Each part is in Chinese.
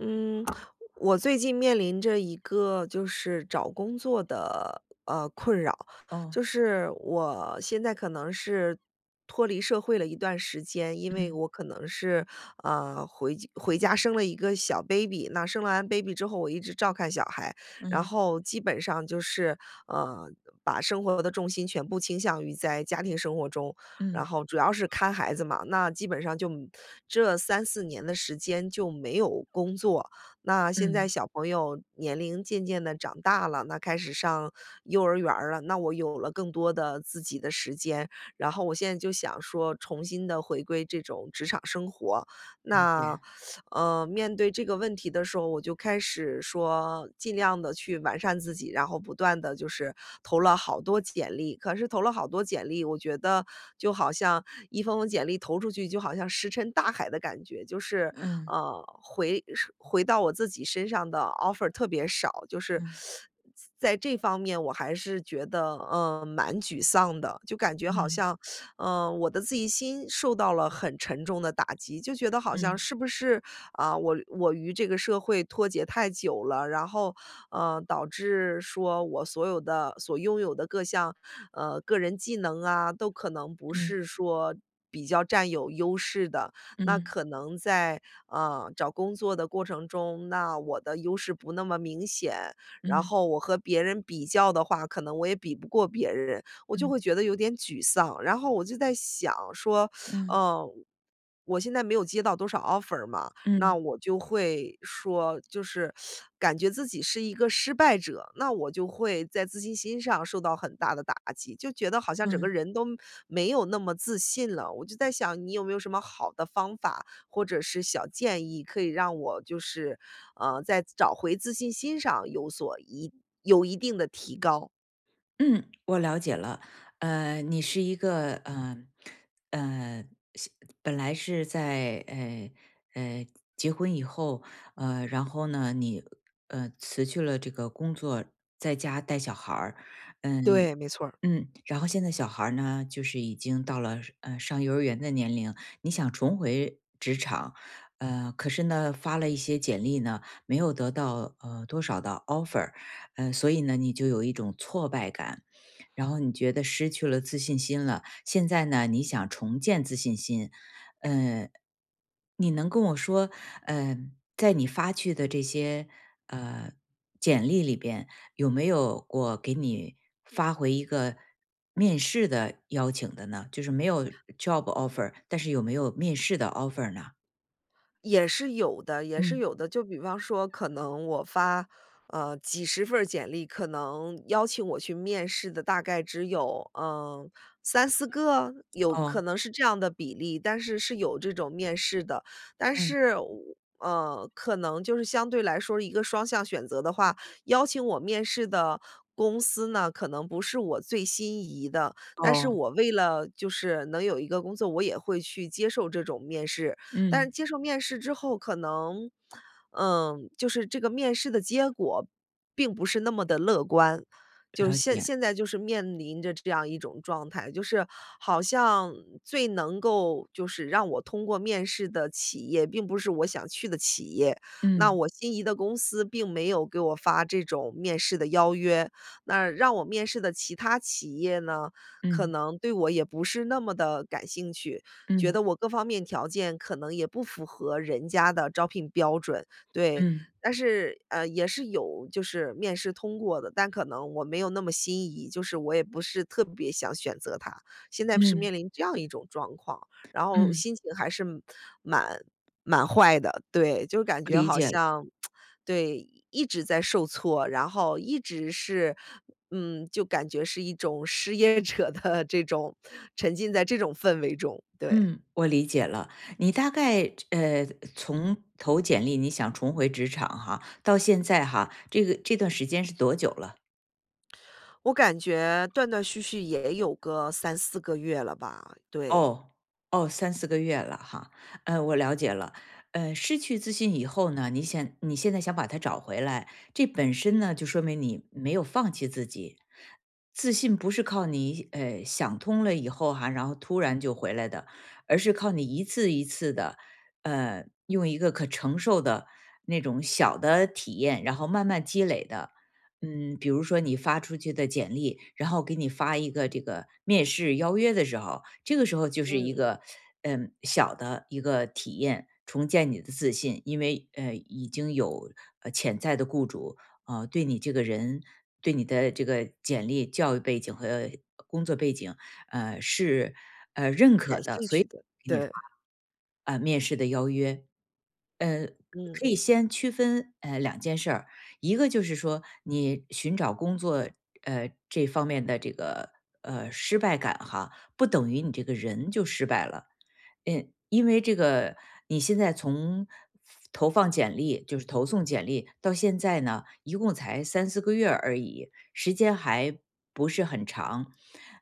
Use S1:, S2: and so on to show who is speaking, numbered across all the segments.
S1: 嗯，我最近面临着一个就是找工作的困扰，
S2: 哦，
S1: 就是我现在可能是脱离社会了一段时间，因为
S2: 嗯
S1: 我可能是回家生了一个小 baby。那生了完 baby 之后，我一直照看小孩，然
S2: 嗯
S1: 后基本上就是呃把生活的重心全部倾向于在家庭生活中，然
S2: 嗯
S1: 后主要是看孩子嘛，那基本上就这三四年的时间就没有工作。那现在
S2: 嗯，
S1: 小朋友年龄渐渐的长大了，那开始上幼儿园儿了，那我有了更多的自己的时间，然后我现在就想说重新的回归这种职场生活。
S2: 理
S1: 那
S2: 解。
S1: 面对这个问题的时候，我就开始说尽量的去完善自己，然后不断的就是投了好多简历。可是投了好多简历，我觉得就好像一封封简历投出去，就好像石沉大海的感觉，就是，
S2: 嗯
S1: 回是回到我自己身上的 offer 特别少，就是
S2: 嗯
S1: 在这方面我还是觉得，蛮沮丧的。就感觉好
S2: 嗯
S1: 像，我的自信心受到了很沉重的打击，就觉得好像
S2: 嗯
S1: 是不是啊，我与这个社会脱节太久了，然后，导致说我所有的所拥有的各项，个人技能啊，都可能不
S2: 嗯
S1: 是说比较占有优势的。
S2: 嗯
S1: 那可
S2: 嗯
S1: 能在，找工作的过程中，那我的优势不那么明显，然
S2: 嗯
S1: 后我和别人比较的话，可能我也比不过别人，我就会
S2: 嗯
S1: 觉得有点沮丧。然后我就在想说，
S2: 嗯
S1: 嗯，我现在没有接到多少 offer 嘛，那我就会说，就是感觉自己是一个失败者，那我就会在自信心上受到很大的打击，就觉得好像整个
S2: 嗯
S1: 人都没有那么自信了。我就在想，你有没有什么好的方法或者是小建议，可以让我就是，在找回自信心上有一定的提高？
S2: 嗯，我了解了。你是一个呃，是本来是在呃结婚以后，然后呢，你辞去了这个工作，在家带小孩儿，嗯，
S1: 对，没错儿。
S2: 嗯，然后现在小孩儿呢，就是已经到了上幼儿园的年龄，你想重回职场，可是呢发了一些简历呢，没有得到多少的 offer，所以呢你就有一种挫败感，然后你觉得失去了自信心了。现在呢你想重建自信心，呃你能跟我说，呃，在你发去的这些呃简历里边，有没有过给你发回一个面试的邀请的呢？就是没有 job offer，但是有没有面试的 offer 呢？
S1: 也是有的，也是
S2: 嗯，
S1: 有的。就比方说，可能我发几十份儿简历，可能邀请我去面试的大概只有三四个，有
S2: 哦，
S1: 可能是这样的比例，但是是有这种面试的。但
S2: 嗯，
S1: 是我可能就是相对来说一个双向选择的话，邀请我面试的。公司呢，可能不是我最心仪的，但是
S2: 哦，
S1: 我为了就是能有一个工作，我也会去接受这种面试。但是
S2: 嗯，
S1: 接受面试之后，可能，嗯，就是这个面试的结果并不是那么的乐观。就是
S2: 了
S1: 现
S2: 解，
S1: 现在就是面临着这样一种状态，就是好像最能够就是让我通过面试的企业，并不是我想去的企业。那
S2: 嗯
S1: 我心仪的公司并没有给我发这种面试的邀约，那让我面试的其他企业呢，可
S2: 嗯
S1: 能对我也不是那么的感兴趣。觉
S2: 嗯
S1: 得我各方面条件可能也不符合人家的招聘标准，对。
S2: 嗯
S1: 但是，也是有就是面试通过的，但可能我没有那么心仪，就是我也不是特别想选择它。现在是
S2: 嗯
S1: 面临这样一种状况，然后
S2: 嗯，
S1: 心情还是蛮蛮坏的，对，就感觉
S2: 理
S1: 好
S2: 解了。
S1: 像对，一直在受挫，然后一直是嗯，就感觉是一种失业者的这种沉浸在这种氛围中，对。
S2: 嗯，我理解了。你大概从投简历，你想重回职场哈，到现在哈，这个这段时间是多久了？
S1: 我感觉断断续续也有个三四个月了吧，对。
S2: 哦，哦三四个月了哈，我了解了。失去自信以后呢，你现在想把它找回来，这本身呢，就说明你没有放弃自己。自信不是靠你，想通了以后哈，然后突然就回来的，而是靠你一次一次的，用一个可承受的那种小的体验，然后慢慢积累的。嗯，比如说你发出去的简历，然后给你发一个这个面试邀约的时候，这个时候就是一
S1: 嗯，
S2: 个小的一个体验，重建你的自信，因为已经有潜在的雇主啊对你这个人对你的这个简历、教育背景和工作背景是
S1: 感兴趣的，对。
S2: 啊，面试的邀约。呃，
S1: 嗯。
S2: 可以先区分两件事儿，一个就是说你寻找工作这方面的这个失败感哈，不等于你这个人就失败了，嗯，因为这个你现在从投放简历，就是投送简历到现在呢，一共才三四个月而已，时间还不是很长。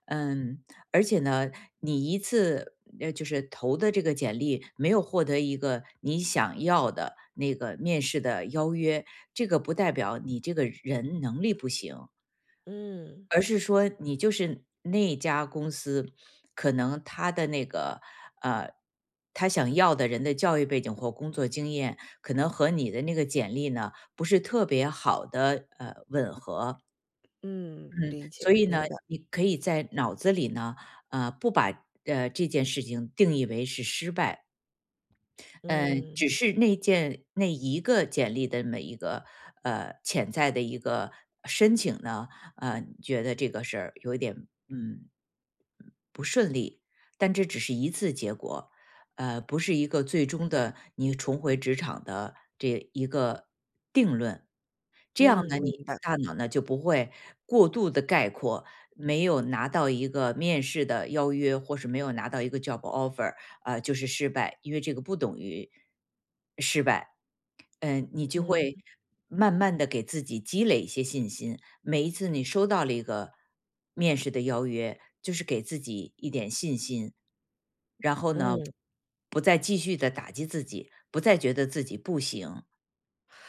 S2: 嗯，而且呢，你一次就是投的这个简历没有获得一个你想要的那个面试的邀约，这个不代表你这个人能力不行，
S1: 嗯。
S2: 而是说你就是那家公司，可能他的那个呃，他想要的人的教育背景或工作经验，可能和你的那个简历呢不是特别好的吻合，
S1: 嗯，
S2: 嗯，
S1: 理解，
S2: 所以呢，
S1: 明白。
S2: 你可以在脑子里呢，不把这件事情定义为是失败，嗯，
S1: 嗯。
S2: 只是那一个简历的每一个潜在的一个申请呢，觉得这个事儿有一点嗯不顺利，但这只是一次结果，不是一个最终的你重回职场的这一个定论。这样
S1: 嗯，
S2: 呢，你
S1: 明白。
S2: 的大脑呢就不会过度的概括，没有拿到一个面试的邀约，或是没有拿到一个 job offer，啊，就是失败，因为这个不等于失败。嗯，你就
S1: 嗯。
S2: 会慢慢的给自己积累一些信心。每一次你收到了一个面试的邀约，就是给自己一点信心。然后呢，
S1: 嗯。
S2: 不再继续的打击自己，不再觉得自己不行。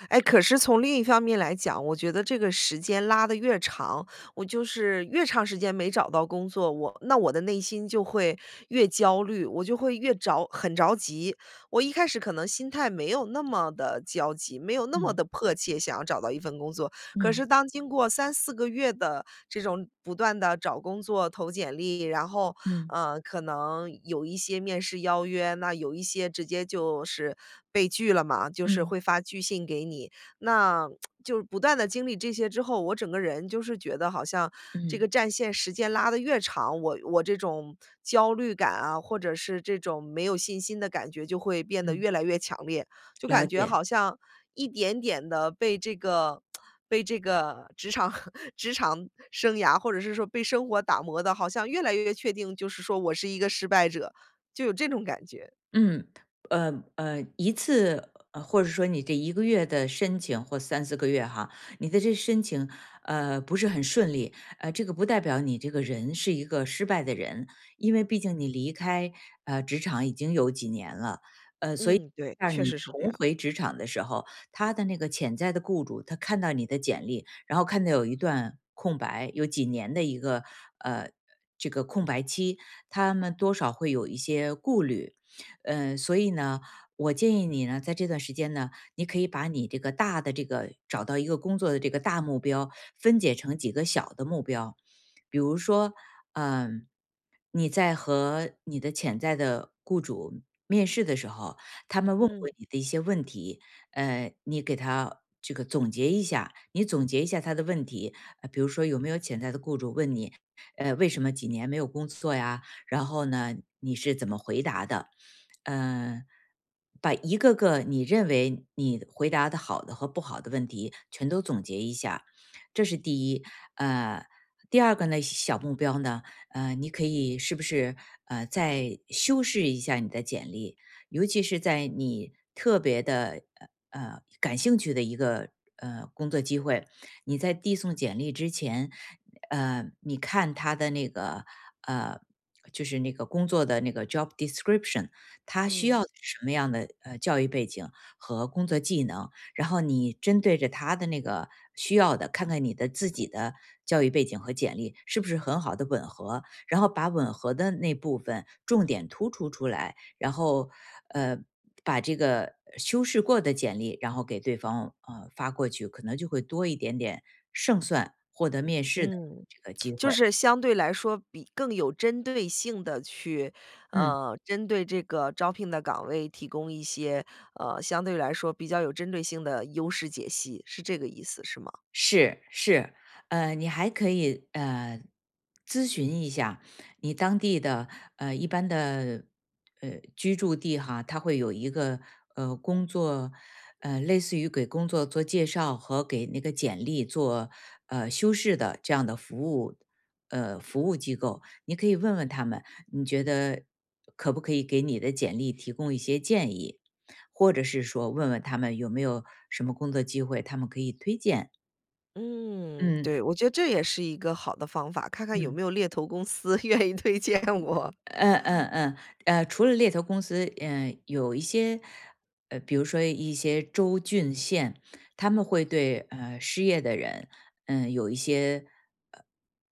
S1: 哎，可是从另一方面来讲，我觉得这个时间拉得越长，我就是越长时间没找到工作，那我的内心就会越焦虑，我就会很着急。我一开始可能心态没有那么的焦急，没有那么
S2: 嗯
S1: 的迫切想要找到一份工作，可
S2: 嗯
S1: 是当经过三四个月的这种不断的找工作、投简历，然后
S2: 嗯
S1: 嗯，可能有一些面试邀约，那有一些直接就是被拒了嘛，就是
S2: 嗯
S1: 会发拒信给你。那就是不断的经历这些之后，我整个人就是觉得好像这个
S2: 嗯
S1: 战线时间拉得越长，我这种焦虑感啊，或者是这种没有信心的感觉就会变得
S2: 嗯，
S1: 越来越强烈。就
S2: 了
S1: 感觉
S2: 解。
S1: 好像一点点的被这个被这个职场 职场生涯，或者是说被生活打磨的，好像越来越确定，就是说我是一个失败者，就有这种感觉。
S2: 嗯，一次，或者说你这一个月的申请或三四个月哈，你的这申请，不是很顺利，这个不代表你这个人是一个失败的人，因为毕竟你离开职场已经有几年了，
S1: 嗯，对，
S2: 让
S1: 确
S2: 你
S1: 实是这样。
S2: 重回职场的时候，他的那个潜在的雇主，他看到你的简历，然后看到有一段空白，有几年的一个呃这个空白期，他们多少会有一些顾虑。所以呢，我建议你呢，在这段时间呢，你可以把你这个大的这个找到一个工作的这个大目标，分解成几个小的目标，比如说，嗯、你在和你的潜在的雇主面试的时候，他们问过
S1: 嗯。
S2: 你的一些问题，你给他这个总结一下，你总结一下他的问题，比如说有没有潜在的雇主问你，为什么几年没有工作呀？然后呢，你是怎么回答的？呃，把一个个你认为你回答的好的和不好的问题全都总结一下，这是第一。呃，第二个呢，小目标呢，你可以是不是再修饰一下你的简历？尤其是在你特别的感兴趣的一个工作机会，你在递送简历之前，你看他的那个呃，就是那个工作的那个 job description，他需
S1: 嗯。
S2: 要什么样的教育背景和工作技能，然后你针对着他的那个需要的，看看你的自己的教育背景和简历是不是很好的吻合，然后把吻合的那部分重点突出出来，然后呃把这个修饰过的简历，然后给对方发过去，可能就会多一点点胜算，获得面试的
S1: 嗯，
S2: 这个机
S1: 就
S2: 会。
S1: 是相对来说比更有针对性的去，
S2: 嗯。
S1: 针对这个招聘的岗位提供一些，相对来说比较有针对性的优势解析，是这个意思，是吗？
S2: 是是，你还可以咨询一下你当地的一般的居住地哈，它会有一个工作类似于给工作做介绍和给那个简历做修饰的这样的服务服务机构，你可以问问他们，你觉得可不可以给你的简历提供一些建议，或者是说问问他们有没有什么工作机会他们可以推荐。
S1: 嗯，
S2: 嗯
S1: 对，我觉得这也是一个好的方法，看看有
S2: 嗯，
S1: 没有猎头公司 愿意推荐我
S2: 嗯嗯嗯，除了猎头公司，有一些，比如说一些州郡县，他们会对失业的人，有一些呃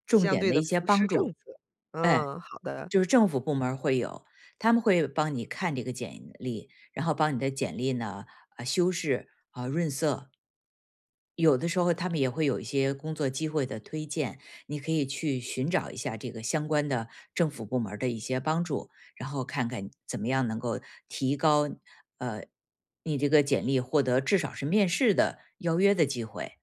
S2: 重
S1: 相
S2: 点
S1: 对
S2: 的
S1: 的
S2: 一些
S1: 扶持
S2: 帮
S1: 政
S2: 助，
S1: 策。
S2: 哎，
S1: 嗯，好的。
S2: 就是政府部门儿会有，他们会帮你看这个简历，然后帮你的简历呢，修饰，有的时候他们也会有一些工作机会的推荐，你可以去寻找一下这个相关的政府部门儿的一些帮助，然后看看怎么样能够提高呃你这个简历获得至少是面试的邀约的机会。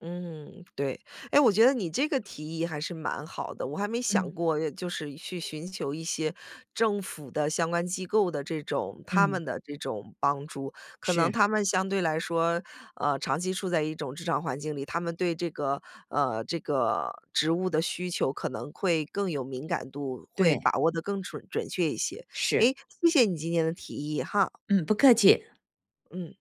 S1: 嗯，对。哎，我觉得你这个提议还是蛮好的，我还没想
S2: 嗯
S1: 过就是去寻求一些政府的相关机构的这种他
S2: 嗯，
S1: 们的这种帮助。可能
S2: 是。
S1: 他们相对来说，长期处在一种职场环境里，他们对这个，这个职务的需求可能会更有敏感度，会把
S2: 对，
S1: 握的更准确一些。哎，
S2: 是，
S1: 谢谢你今天的提议哈。
S2: 嗯，不客气。
S1: 嗯。